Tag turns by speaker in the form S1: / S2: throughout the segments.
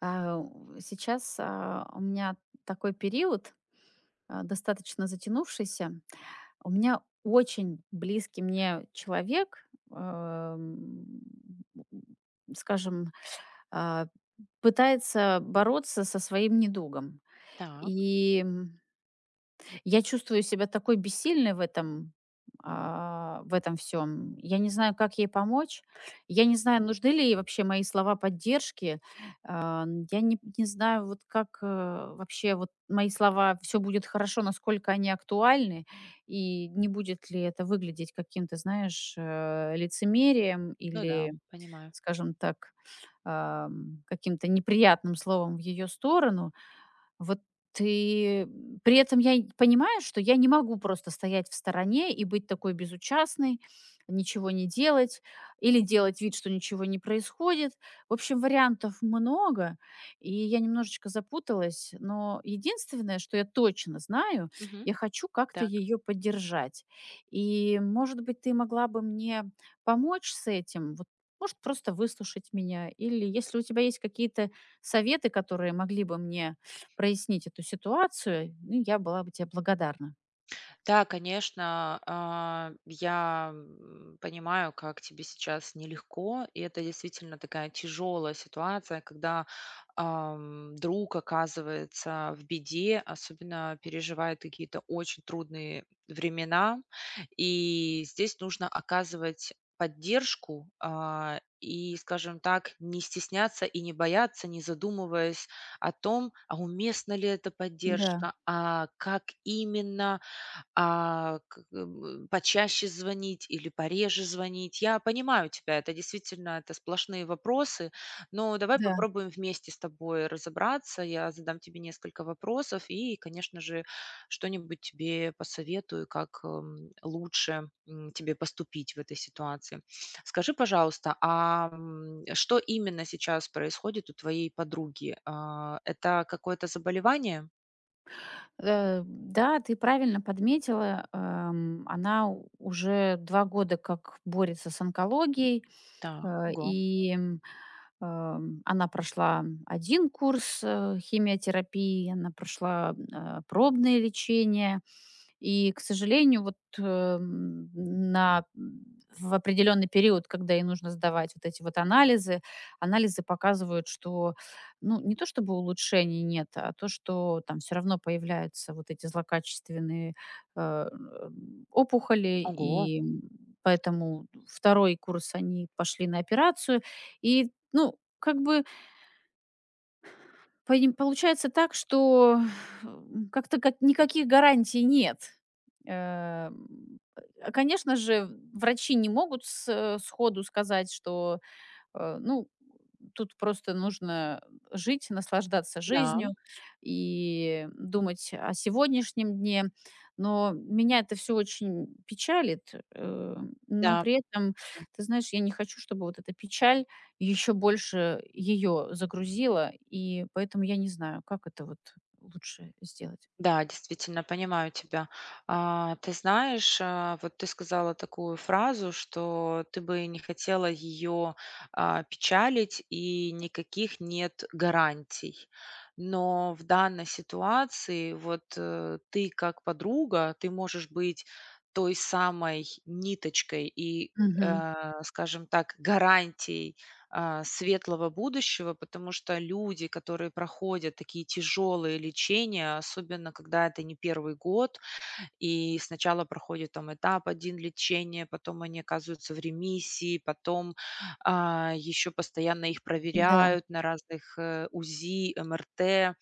S1: Сейчас у меня такой период, достаточно затянувшийся. У меня очень близкий мне человек, скажем, а, пытается бороться со своим недугом.
S2: Так,
S1: И я чувствую себя такой бессильной в этом всем. Я не знаю, как ей помочь. Я не знаю, нужны ли ей вообще мои слова поддержки. А, н Я не знаю, вот как, вообще вот мои слова «все будет хорошо», насколько они актуальны, и не будет ли это выглядеть каким-то, знаешь, лицемерием
S2: ну да,
S1: или,
S2: понимаю.
S1: скажем так, каким-то неприятным словом в ее сторону. Вот и при этом я и понимаю, что я не могу просто стоять в стороне и быть такой безучастной, ничего не делать или делать вид, что ничего не происходит. В общем, вариантов много, и я немножечко запуталась, но единственное, что я точно знаю,
S2: Мгм.
S1: я хочу как-то
S2: Так.
S1: ее поддержать. И, может быть, ты могла бы мне помочь с этим? Вот, может, просто выслушать меня? Или если у тебя есть какие-то советы, которые могли бы мне прояснить эту ситуацию, ну, я была бы тебе благодарна.
S2: Да, конечно, я, понимаю, как тебе сейчас нелегко, и это действительно такая тяжелая ситуация, когда, друг оказывается в беде, особенно переживает какие-то очень трудные времена. И здесь нужно оказывать поддержку, и, скажем так, не стесняться и не бояться, не задумываясь о том, а уместна ли эта
S1: Да,
S2: поддержка, а как именно, почаще звонить или пореже звонить? Я понимаю тебя, это действительно это сплошные вопросы, но давай
S1: да.
S2: попробуем вместе с тобой разобраться. Я задам тебе несколько вопросов и, конечно же, что-нибудь тебе посоветую, как, лучше, тебе поступить в этой ситуации. Скажи, пожалуйста, что именно сейчас происходит у твоей подруги? А, это какое-то заболевание?
S1: Да, ты правильно подметила. Она уже 2 года как борется с онкологией,
S2: Так, ого,
S1: и она прошла один курс химиотерапии. Она прошла пробное лечение. И, к сожалению, вот, на в определенный период, когда ей нужно сдавать вот эти вот анализы, анализы показывают, что, ну, не то чтобы улучшений нет, а то, что там все равно появляются вот эти злокачественные, опухоли,
S2: ого,
S1: и поэтому второй курс они пошли на операцию. И, ну, как бы, Поним получается так, что, как-то как никаких гарантий нет. Конечно же, врачи не могут сходу сказать, что — ну, тут просто нужно жить, наслаждаться
S2: да,
S1: жизнью и думать о сегодняшнем дне. Но меня это все очень печалит, но
S2: да,
S1: при этом, ты знаешь, я не хочу, чтобы вот эта печаль еще больше ее загрузила, и поэтому я не знаю, как это вот лучше сделать.
S2: да, действительно, понимаю тебя. А, ты знаешь, вот ты сказала такую фразу, что ты бы не хотела ее печалить, и никаких нет гарантий. Но в данной ситуации, вот ты как подруга, ты можешь быть той самой ниточкой и,
S1: Мгм.
S2: э, скажем так, гарантией светлого будущего, потому что люди, которые проходят такие тяжелые лечения, особенно когда это не первый год, и сначала проходит там этап один лечения, потом они оказываются в ремиссии, потом еще постоянно их
S1: Да,
S2: проверяют на разных УЗИ, МРТ,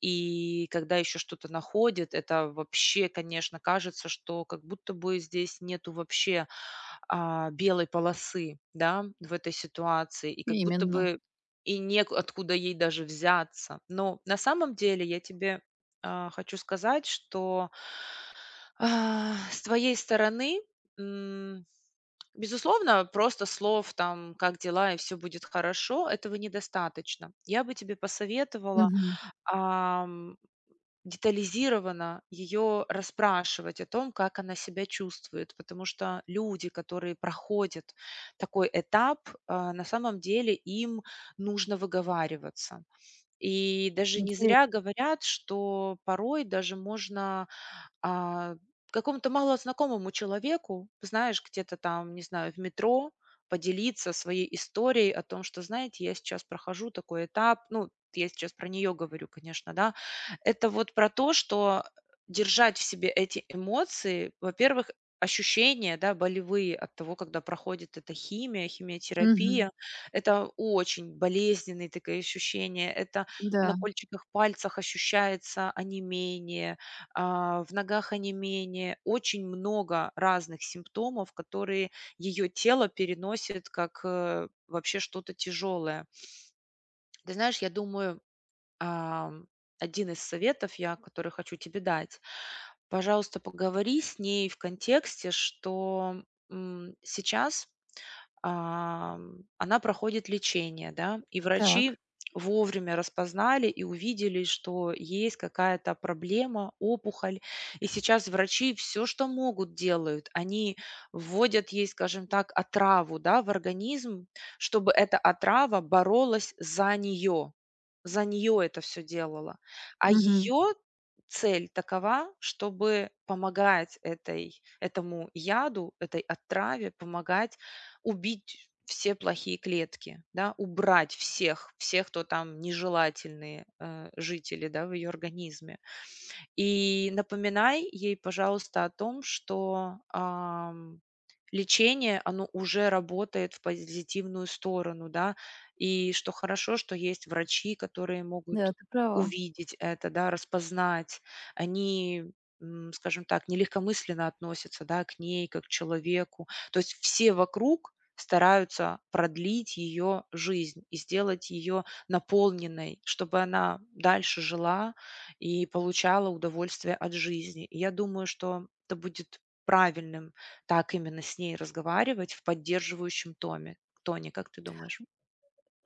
S2: и когда еще что-то находят, это вообще, конечно, кажется, что как будто бы здесь нету вообще белой полосы, да, в этой ситуации, и как будто
S1: именно.
S2: бы и нек ей даже взяться. Но на самом деле я тебе, хочу сказать, что, с твоей стороны, м, безусловно, просто слов там: "Как дела?" и "все будет хорошо" — этого недостаточно. Я бы тебе посоветовала
S1: Мгм.
S2: детализированно ее расспрашивать о том, как она себя чувствует. Потому что люди, которые проходят такой этап, на самом деле им нужно выговариваться. И даже не
S1: Интере
S2: зря говорят, что порой даже можно а, какому-то малознакомому человеку, знаешь, где-то там, не знаю, в метро поделиться своей историей о том, что, знаете, я сейчас прохожу такой этап, ну, я сейчас про нее говорю, конечно, да, это вот про то, что держать в себе эти эмоции, во-первых, ощущения, да, болевые от того, когда проходит эта химия,
S1: Мгм.
S2: химиотерапия, это очень болезненные такие ощущения, это на
S1: Да.
S2: кольчиках пальцах ощущается онемение, в ногах онемение, очень много разных симптомов, которые ее тело переносит как, вообще что-то тяжелое. Ты знаешь, я думаю, ам, 1 из советов я, который хочу тебе дать. Пожалуйста, поговори с ней в контексте, что, сейчас она проходит лечение, да, и врачи
S1: Так.
S2: вовремя распознали и увидели, что есть какая-то проблема, опухоль. И сейчас врачи все, что могут, делают. Они вводят ей, скажем так, отраву, да, в организм, чтобы эта отрава боролась за нее. За нее это все делала. А
S1: Мгм.
S2: ее цель такова, чтобы помогать этой, этому яду, этой отраве, помогать убить все плохие клетки, да, убрать всех, всех, кто там нежелательные жители, да, в ее организме. И напоминай ей, пожалуйста, о том, что, лечение, оно уже работает в позитивную сторону, да, и что хорошо, что есть врачи, которые могут
S1: Да, ты права.
S2: увидеть это, да, распознать. Они, скажем так, не легкомысленно относятся, да, к ней как к человеку. То есть все вокруг стараются продлить ее жизнь и сделать ее наполненной, чтобы она дальше жила и получала удовольствие от жизни. И я думаю, что это будет правильным так именно с ней разговаривать в поддерживающем томе тоне, как ты думаешь?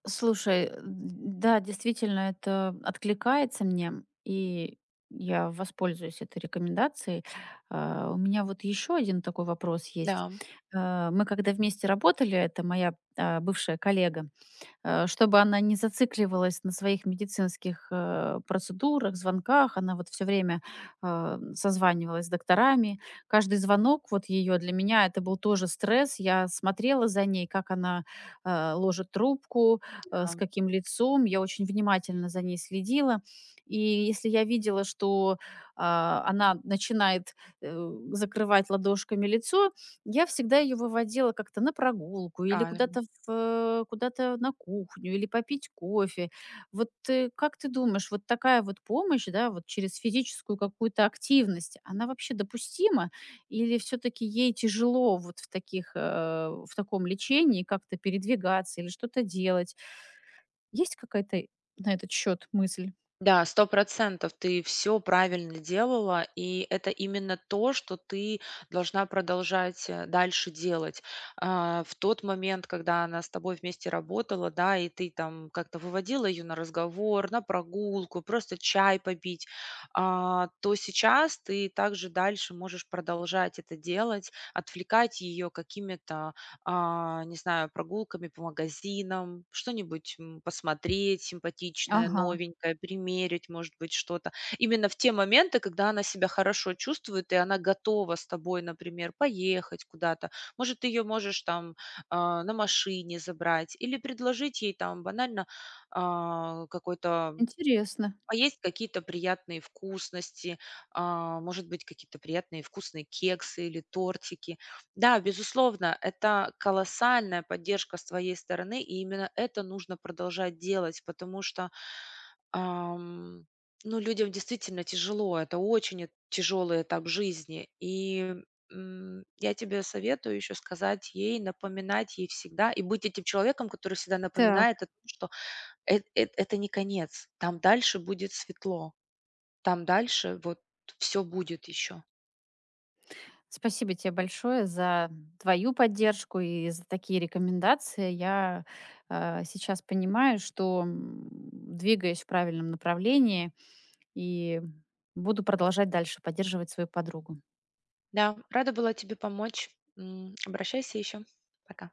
S1: Слушай, да, действительно, это откликается мне, и я воспользуюсь этой рекомендацией. У меня вот еще один такой вопрос есть.
S2: Да,
S1: Мы когда вместе работали, это моя, бывшая коллега, чтобы она не зацикливалась на своих медицинских, процедурах, звонках. Она вот все время, созванивалась с докторами. Каждый звонок вот ее для меня — это был тоже стресс. Я смотрела за ней, как она ложит трубку с
S2: да,
S1: каким лицом. Я очень внимательно за ней следила. И если я видела, что она начинает закрывать ладошками лицо, я всегда ее выводила как-то на прогулку или
S2: правильно.
S1: в куда-то на кухню, или попить кофе. Вот, как ты думаешь, вот такая вот помощь, да, вот через физическую какую-то активность, она вообще допустима или все таки ей тяжело вот в таком лечении как-то передвигаться или что-то делать? Есть какая-то на этот счет мысль?
S2: Да, 100%. Ты все правильно делала, и это именно то, что ты должна продолжать, дальше делать. А, в тот момент, когда она с тобой вместе работала, да, и ты там как-то выводила ее на разговор, на прогулку, просто чай попить, то сейчас ты также дальше можешь продолжать это делать, отвлекать ее какими-то не знаю, прогулками по магазинам, что-нибудь, посмотреть симпатичное,
S1: Ага,
S2: новенькое, примерить, может быть, что-то. Именно в те моменты, когда она себя хорошо чувствует, и она готова с тобой, например, поехать куда-то. Может, ты ее можешь там, на машине забрать или предложить ей там банально, а, какой-то
S1: интересно.
S2: а есть какие-то приятные вкусности, может быть, какие-то приятные вкусные кексы или тортики. Да, безусловно, это колоссальная поддержка с твоей стороны, и именно это нужно продолжать делать, потому что, ам, ну, людям действительно тяжело, это очень тяжелый этап жизни. И я тебе советую еще сказать ей, напоминать ей всегда и быть этим человеком, который всегда
S1: Так.
S2: напоминает о том, что это не конец, там дальше будет светло, там дальше вот все будет еще.
S1: Спасибо тебе большое за твою поддержку и за такие рекомендации. Я сейчас понимаю, что двигаюсь в правильном направлении и буду продолжать дальше поддерживать свою подругу.
S2: Да, рада была тебе помочь. Обращайся еще. Пока.